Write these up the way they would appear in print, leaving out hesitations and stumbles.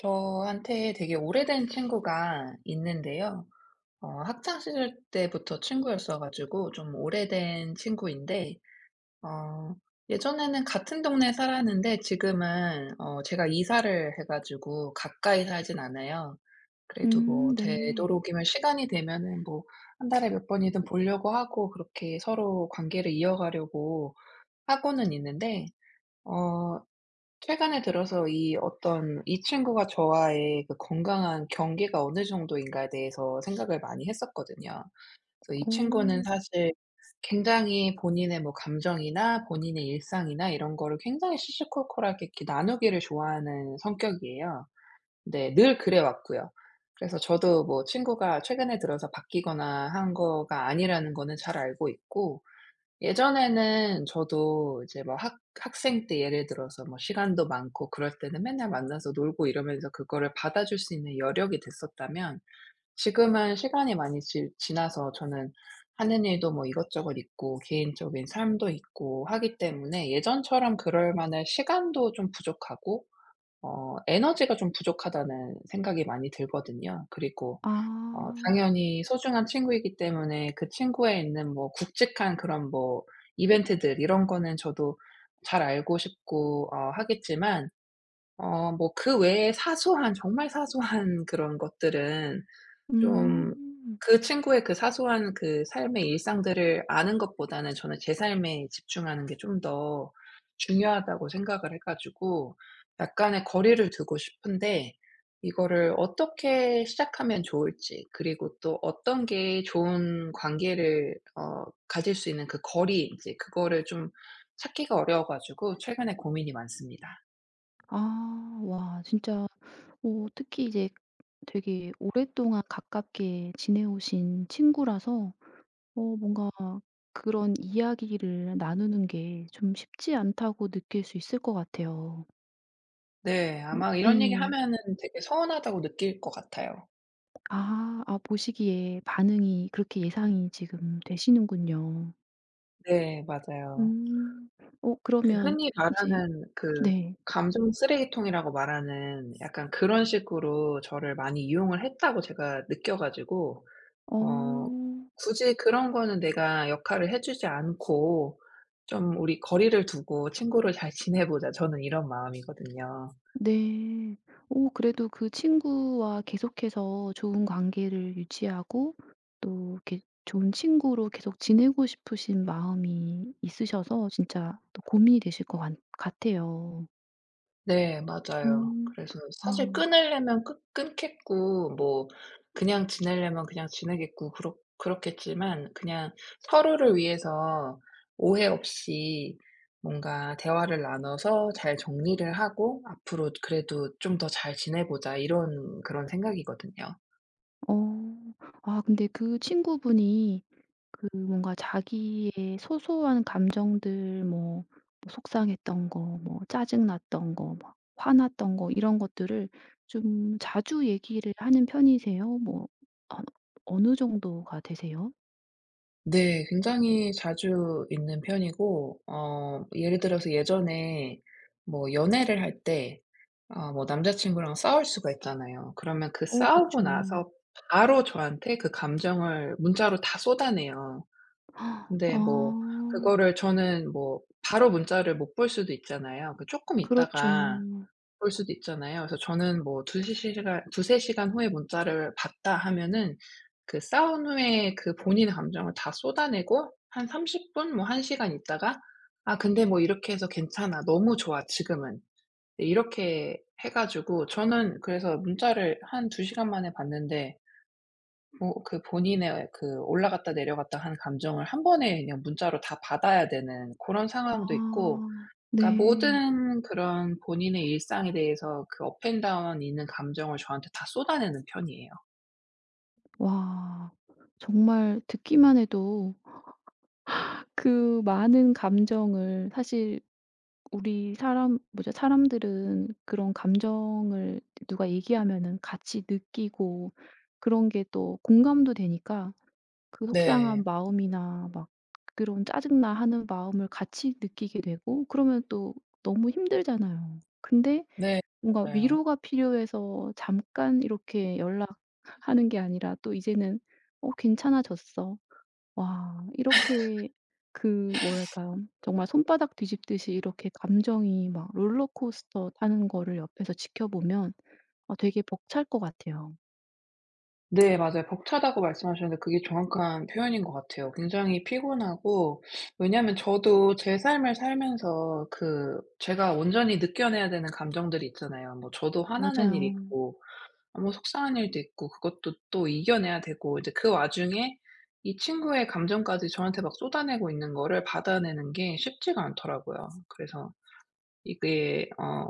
저한테 되게 오래된 친구가 있는데요. 학창 시절 때부터 친구였어 가지고 좀 오래된 친구인데 어 예전에는 같은 동네에 살았는데 지금은 제가 이사를 해 가지고 가까이 살진 않아요. 그래도 뭐 네. 되도록이면 시간이 되면은 뭐 한 달에 몇 번이든 보려고 하고 그렇게 서로 관계를 이어가려고 하고는 있는데 어 최근에 들어서 이 친구가 저와의 그 건강한 경계가 어느 정도인가에 대해서 생각을 많이 했었거든요. 그래서 이 친구는 오. 사실 굉장히 본인의 뭐 감정이나 본인의 일상이나 이런 거를 굉장히 시시콜콜하게 이렇게 나누기를 좋아하는 성격이에요. 네, 늘 그래 왔고요. 그래서 저도 뭐 친구가 최근에 들어서 바뀌거나 한 거가 아니라는 거는 잘 알고 있고, 예전에는 저도 이제 뭐 학 학생 때 예를 들어서 뭐 시간도 많고 그럴 때는 맨날 만나서 놀고 이러면서 그거를 받아줄 수 있는 여력이 됐었다면 지금은 시간이 많이 지 지나서 저는 하는 일도 뭐 이것저것 있고 개인적인 삶도 있고 하기 때문에 예전처럼 그럴 만한 시간도 좀 부족하고 에너지가 좀 부족하다는 생각이 많이 들거든요. 그리고 아. 당연히 소중한 친구이기 때문에 그 친구에 있는 뭐 굵직한 그런 뭐 이벤트들 이런 거는 저도 잘 알고 싶고 하겠지만 뭐 그 외에 사소한, 정말 사소한 그런 것들은 좀, 음. 그 친구의 그 사소한 그 삶의 일상들을 아는 것보다는 저는 제 삶에 집중하는 게 좀 더 중요하다고 생각을 해 가지고 약간의 거리를 두고 싶은데, 이거를 어떻게 시작하면 좋을지, 그리고 또 어떤 게 좋은 관계를 가질 수 있는 그 거리, 인제 그거를 좀 찾기가 어려워 가지고 최근에 고민이 많습니다. 와 진짜. 오 특히 이제 되게 오랫동안 가깝게 지내오신 친구라서 뭔가 그런 이야기를 나누는 게 좀 쉽지 않다고 느낄 수 있을 것 같아요. 네. 아마 이런 네. 얘기하면은 되게 서운하다고 느낄 것 같아요. 아. 아, 보시기에 반응이 그렇게 예상이 지금 되시는군요. 네, 맞아요. 음. 그러면 흔히 이제. 말하는 그 네. 감정 쓰레기통이라고 말하는, 약간 그런 식으로 저를 많이 이용을 했다고 제가 느껴 가지고 어. 어 굳이 그런 거는 내가 역할을 해 주지 않고, 좀 '우리 거리를 두고 친구를 잘 지내보자.' 저는 이런 마음이거든요. 네. 오 그래도 그 친구와 계속해서 좋은 관계를 유지하고 또 이렇게 좋은 친구로 계속 지내고 싶으신 마음이 있으셔서 진짜 또 고민이 되실 것 같 같아요. 네, 맞아요. 음. 그래서 사실 아. 끊으려면 끊 끊겠고 뭐 그냥 지내려면 그냥 지내겠고 그렇겠지만 그냥 서로를 위해서 오해 없이 뭔가 대화를 나눠서 잘 정리를 하고 '앞으로 그래도 좀 더 잘 지내보자.' 이런 그런 생각이거든요. 어. 근데 그 친구분이 그 뭔가 자기의 소소한 감정들, 뭐 뭐 속상했던 거, 뭐 짜증났던 거, 막 화났던 거 이런 것들을 좀 자주 얘기를 하는 편이세요? 뭐 어 어느 정도가 되세요? 네, 굉장히 자주 있는 편이고 예를 들어서 예전에 뭐 연애를 할때 뭐 남자친구랑 싸울 수가 있잖아요. 그러면 그 어, 싸우고 그쵸. 나서 바로 저한테 그 감정을 문자로 다 쏟아내요. 아. 근데 뭐 그거를 저는 뭐 바로 문자를 못 볼 수도 있잖아요. 그 조금 그렇죠. 있다가 볼 수도 있잖아요. 그래서 저는 뭐 2-3 시간, 두세 시간 후에 문자를 봤다 하면은 그 싸운 후에 그 본인의 감정을 다 쏟아내고 한 30 분 뭐 1 시간 있다가 '아 근데 뭐 이렇게 해서 괜찮아. 너무 좋아 지금은.' 네, 이렇게 해 가지고 저는 그래서 문자를 한 두 시간 만에 봤는데 뭐 그 본인의 그 올라갔다 내려갔다 한 감정을 한 번에 그냥 문자로 다 받아야 되는 그런 상황도 있고, 아. 그러니까 네. 모든 그런 본인의 일상에 대해서 그 업앤 다운 있는 감정을 저한테 다 쏟아내는 편이에요. 와. 정말 듣기만 해도 그 많은 감정을 사실 우리 사람 뭐죠? 사람들은 그런 감정을 누가 얘기하면은 같이 느끼고 그런 게 또 공감도 되니까 그 네. 속상한 마음이나 막 그런 짜증나 하는 마음을 같이 느끼게 되고 그러면 또 너무 힘들잖아요. 근데 네, 뭔가 맞아요. 위로가 필요해서 잠깐 이렇게 연락하는 게 아니라 또 이제는 "어 괜찮아졌어." 와, 이렇게 그 뭐랄까요. 정말 손바닥 뒤집듯이 이렇게 감정이 막 롤러코스터 타는 거를 옆에서 지켜보면 되게 벅찰 것 같아요. 네, 맞아요. 벅차다고 말씀하셨는데 그게 정확한 표현인 것 같아요. 굉장히 피곤하고, 왜냐하면 저도 제 삶을 살면서 그 제가 온전히 느껴내야 되는 감정들이 있잖아요. 뭐 저도 화나는 일이 맞아요. 있고 뭐 속상한 일도 있고 그것도 또 이겨내야 되고, 이제 그 와중에 이 친구의 감정까지 저한테 막 쏟아내고 있는 거를 받아내는 게 쉽지가 않더라고요. 그래서 이게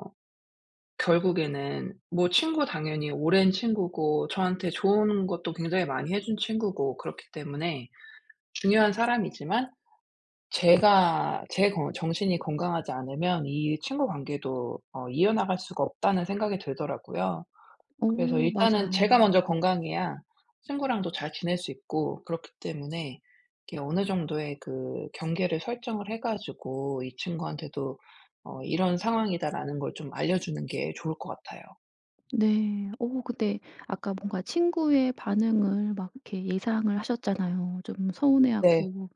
결국에는 뭐 친구 당연히 오랜 친구고 저한테 좋은 것도 굉장히 많이 해준 친구고 그렇기 때문에 중요한 사람이지만, 제가 제 거 정신이 건강하지 않으면 이 친구 관계도 이어나갈 수가 없다는 생각이 들더라고요. 그래서 오 일단은 제가 맞아요. 먼저 건강해야 친구랑도 잘 지낼 수 있고, 그렇기 때문에 이게 어느 정도의 그 경계를 설정을 해 가지고 이 친구한테도 "이런 상황이다."라는 걸 좀 알려주는 게 좋을 것 같아요. 네. 근데 아까 뭔가 친구의 반응을 막 이렇게 예상을 하셨잖아요. 좀 네. 서운해하고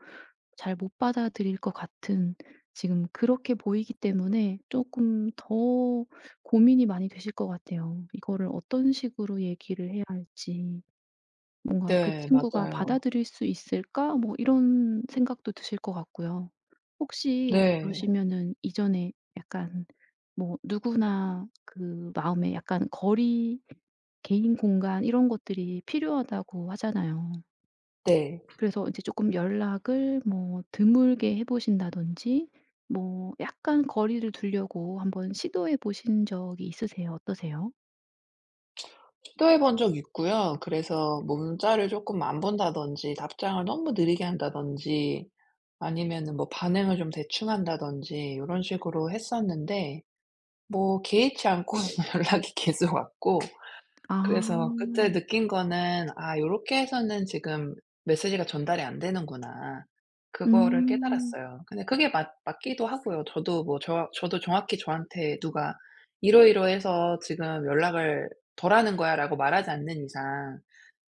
잘 못 받아들일 것 같은 지금 그렇게 보이기 때문에 조금 더 고민이 많이 되실 것 같아요. 이거를 어떤 식으로 얘기를 해야 할지. 뭔가 '그 네, 친구가 맞아요. 받아들일 수 있을까?' 뭐 이런 생각도 드실 것 같고요. 혹시 네. 그러시면은 이전에 약간 뭐 누구나 그 마음에 약간 거리, 개인 공간 이런 것들이 필요하다고 하잖아요. 네. 그래서 이제 쪼끔 연락을 뭐 드물게 해 보신다든지 뭐 약간 거리를 두려고 한번 시도해 보신 적이 있으세요? 어떠세요? 시도해 본 적 있고요. 그래서 뭐 문자를 쪼끔 안 본다든지, 답장을 너무 느리게 한다든지, 아니면은 뭐 반응을 좀 대충 한다든지 요런 식으로 했었는데 뭐 개의치 않고 연락이 계속 왔고, 그래서 그때 아. 느낀 거는 '아 요렇게 해서는 지금 메시지가 전달이 안 되는구나.' 그거를 음. 깨달았어요. 근데 그게 맞 맞기도 하고요. 저도 뭐 저도 정확히 저한테 누가 "이러이러해서 지금 연락을 덜 하는 거야."라고 말하지 않는 이상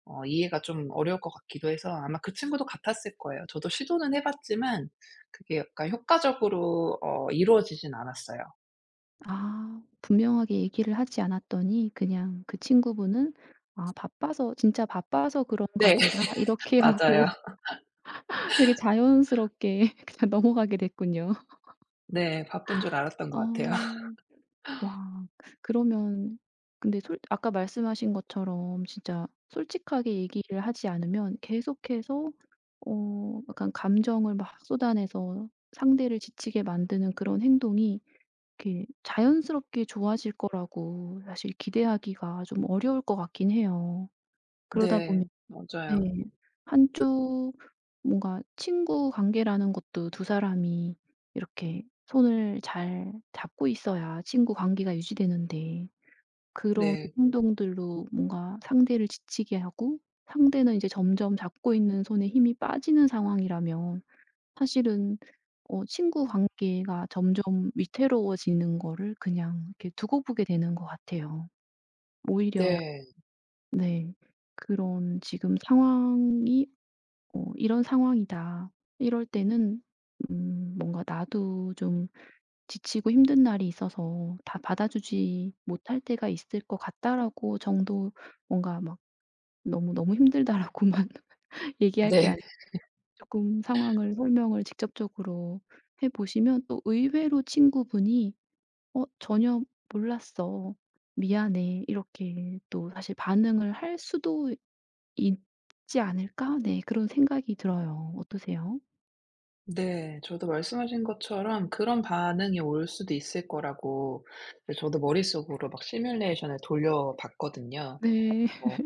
이해가 좀 어려울 것 같기도 해서 아마 그 친구도 같았을 거예요. 저도 시도는 해 봤지만 그게 약간 효과적으로 이루어지진 않았어요. 분명하게 얘기를 하지 않았더니 그냥 그 친구분은 '아 바빠서 진짜 바빠서 그런가 네. 보다.' 이렇게 하고. 맞아요. 되게 자연스럽게 그냥 넘어가게 됐군요. 네, 바쁜 줄 알았던 것 같아요. 어 와, 그러면, 근데 솔 아까 말씀하신 것처럼 진짜 솔직하게 얘기를 하지 않으면 계속해서 약간 감정을 막 쏟아내서 상대를 지치게 만드는 그런 행동이 이렇게 자연스럽게 좋아질 거라고 사실 기대하기가 좀 어려울 것 같긴 해요. 그러다 보면. 네, 네. 맞아요. 한쪽 뭔가 친구 관계라는 것도 두 사람이 이렇게 손을 잘 잡고 있어야 친구 관계가 유지되는데 그런 네. 행동들로 뭔가 상대를 지치게 하고 상대는 이제 점점 잡고 있는 손에 힘이 빠지는 상황이라면 사실은 친구 관계가 점점 위태로워지는 거를 그냥 이렇게 두고 보게 되는 것 같아요. 오히려 약 네. 네. 그런 지금 상황이 '이런 상황이다.' 이럴 때는 뭔가 나도 좀 지치고 힘든 날이 있어서 '다 받아주지 못할 때가 있을 것 같다.'라고 정도 뭔가 막 "너무, 너무 힘들다."라고만 얘기할 게 네. 조금 상황을 설명을 직접적으로 해 보시면 또 의외로 친구분이 "어 전혀 몰랐어. 미안해." 이렇게 또 사실 반응을 할 수도 있지 않을까? 네, 그런 생각이 들어요. 어떠세요? 네, 저도 말씀하신 것처럼 그런 반응이 올 수도 있을 거라고 이제 저도 머릿속으로 막 시뮬레이션을 돌려 봤거든요. 네. 어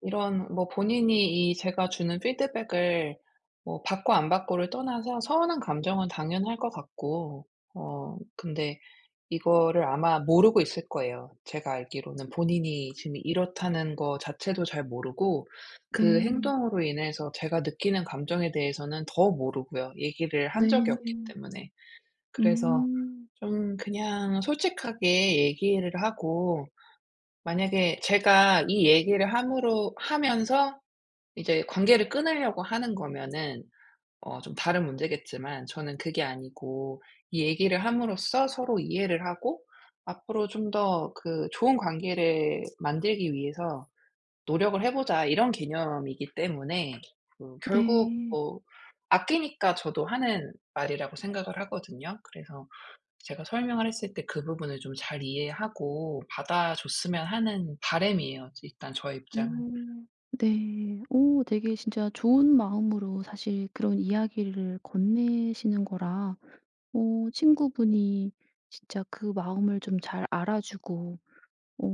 이런, 뭐 본인이 이 제가 주는 피드백을 뭐 받고 안 받고를 떠나서 서운한 감정은 당연할 것 같고, 근데 이거를 아마 모르고 있을 거예요. 제가 알기로는 본인이 지금 이렇다는 거 자체도 잘 모르고 그 네. 행동으로 인해서 제가 느끼는 감정에 대해서는 더 모르고요. 얘기를 한 적이 없기 네. 때문에. 그래서 음. 좀 그냥 솔직하게 얘기를 하고, 만약에 제가 이 얘기를 함으로 하면서 이제 관계를 끊으려고 하는 거면은 좀 다른 문제겠지만, 저는 그게 아니고 이 얘기를 함으로써 서로 이해를 하고 앞으로 좀 더 그 좋은 관계를 만들기 위해서 노력을 해 보자, 이런 개념이기 때문에 그 결국 네. 뭐 아끼니까 저도 하는 말이라고 생각을 하거든요. 그래서 제가 설명을 했을 때 그 부분을 좀 잘 이해하고 받아줬으면 하는 바람이에요, 일단 저의 입장은. 오. 네. 오 되게 진짜 좋은 마음으로 사실 그런 이야기를 건네시는 거라 친구분이 진짜 그 마음을 좀 잘 알아주고 어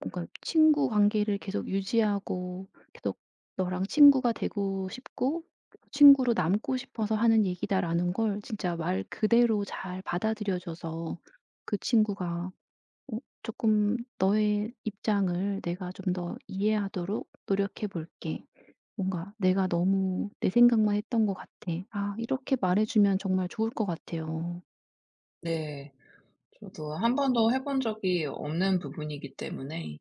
뭔가 친구 관계를 계속 유지하고 계속 너랑 친구가 되고 싶고 친구로 남고 싶어서 하는 얘기다라는 걸 진짜 말 그대로 잘 받아들여 줘서 그 친구가 어금 너의 입장을 내가 좀 더 이해하도록 노력해 볼게. 뭔가 내가 너무 내 생각만 했던 것 같아." 아, 이렇게 말해 주면 정말 좋을 것 같아요. 네, 저도 한 번도 해본 적이 없는 부분이기 때문에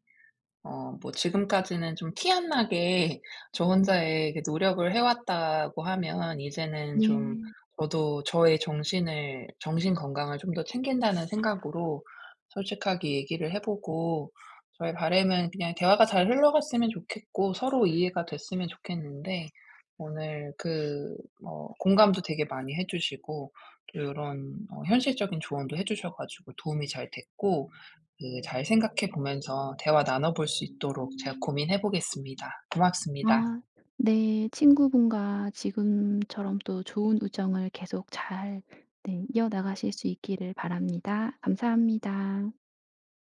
뭐 지금까지는 좀 티 안 나게 저 혼자의 이렇게 노력을 해 왔다고 하면 이제는 좀, 네. 저도 저의 정신 건강을 좀 더 챙긴다는 생각으로 솔직하게 얘기를 해 보고, 저의 바람은 그냥 대화가 잘 흘러갔으면 좋겠고 서로 이해가 됐으면 좋겠는데, 오늘 그 공감도 되게 많이 해 주시고 또 이런 현실적인 조언도 해 주셔 가지고 도움이 잘 됐고, 그 잘 생각해 보면서 대화 나눠 볼 수 있도록 제가 고민해 보겠습니다. 고맙습니다. 아. 네, 친구분과 지금처럼 또 좋은 우정을 계속 잘, 네, 이어나가실 수 있기를 바랍니다. 감사합니다.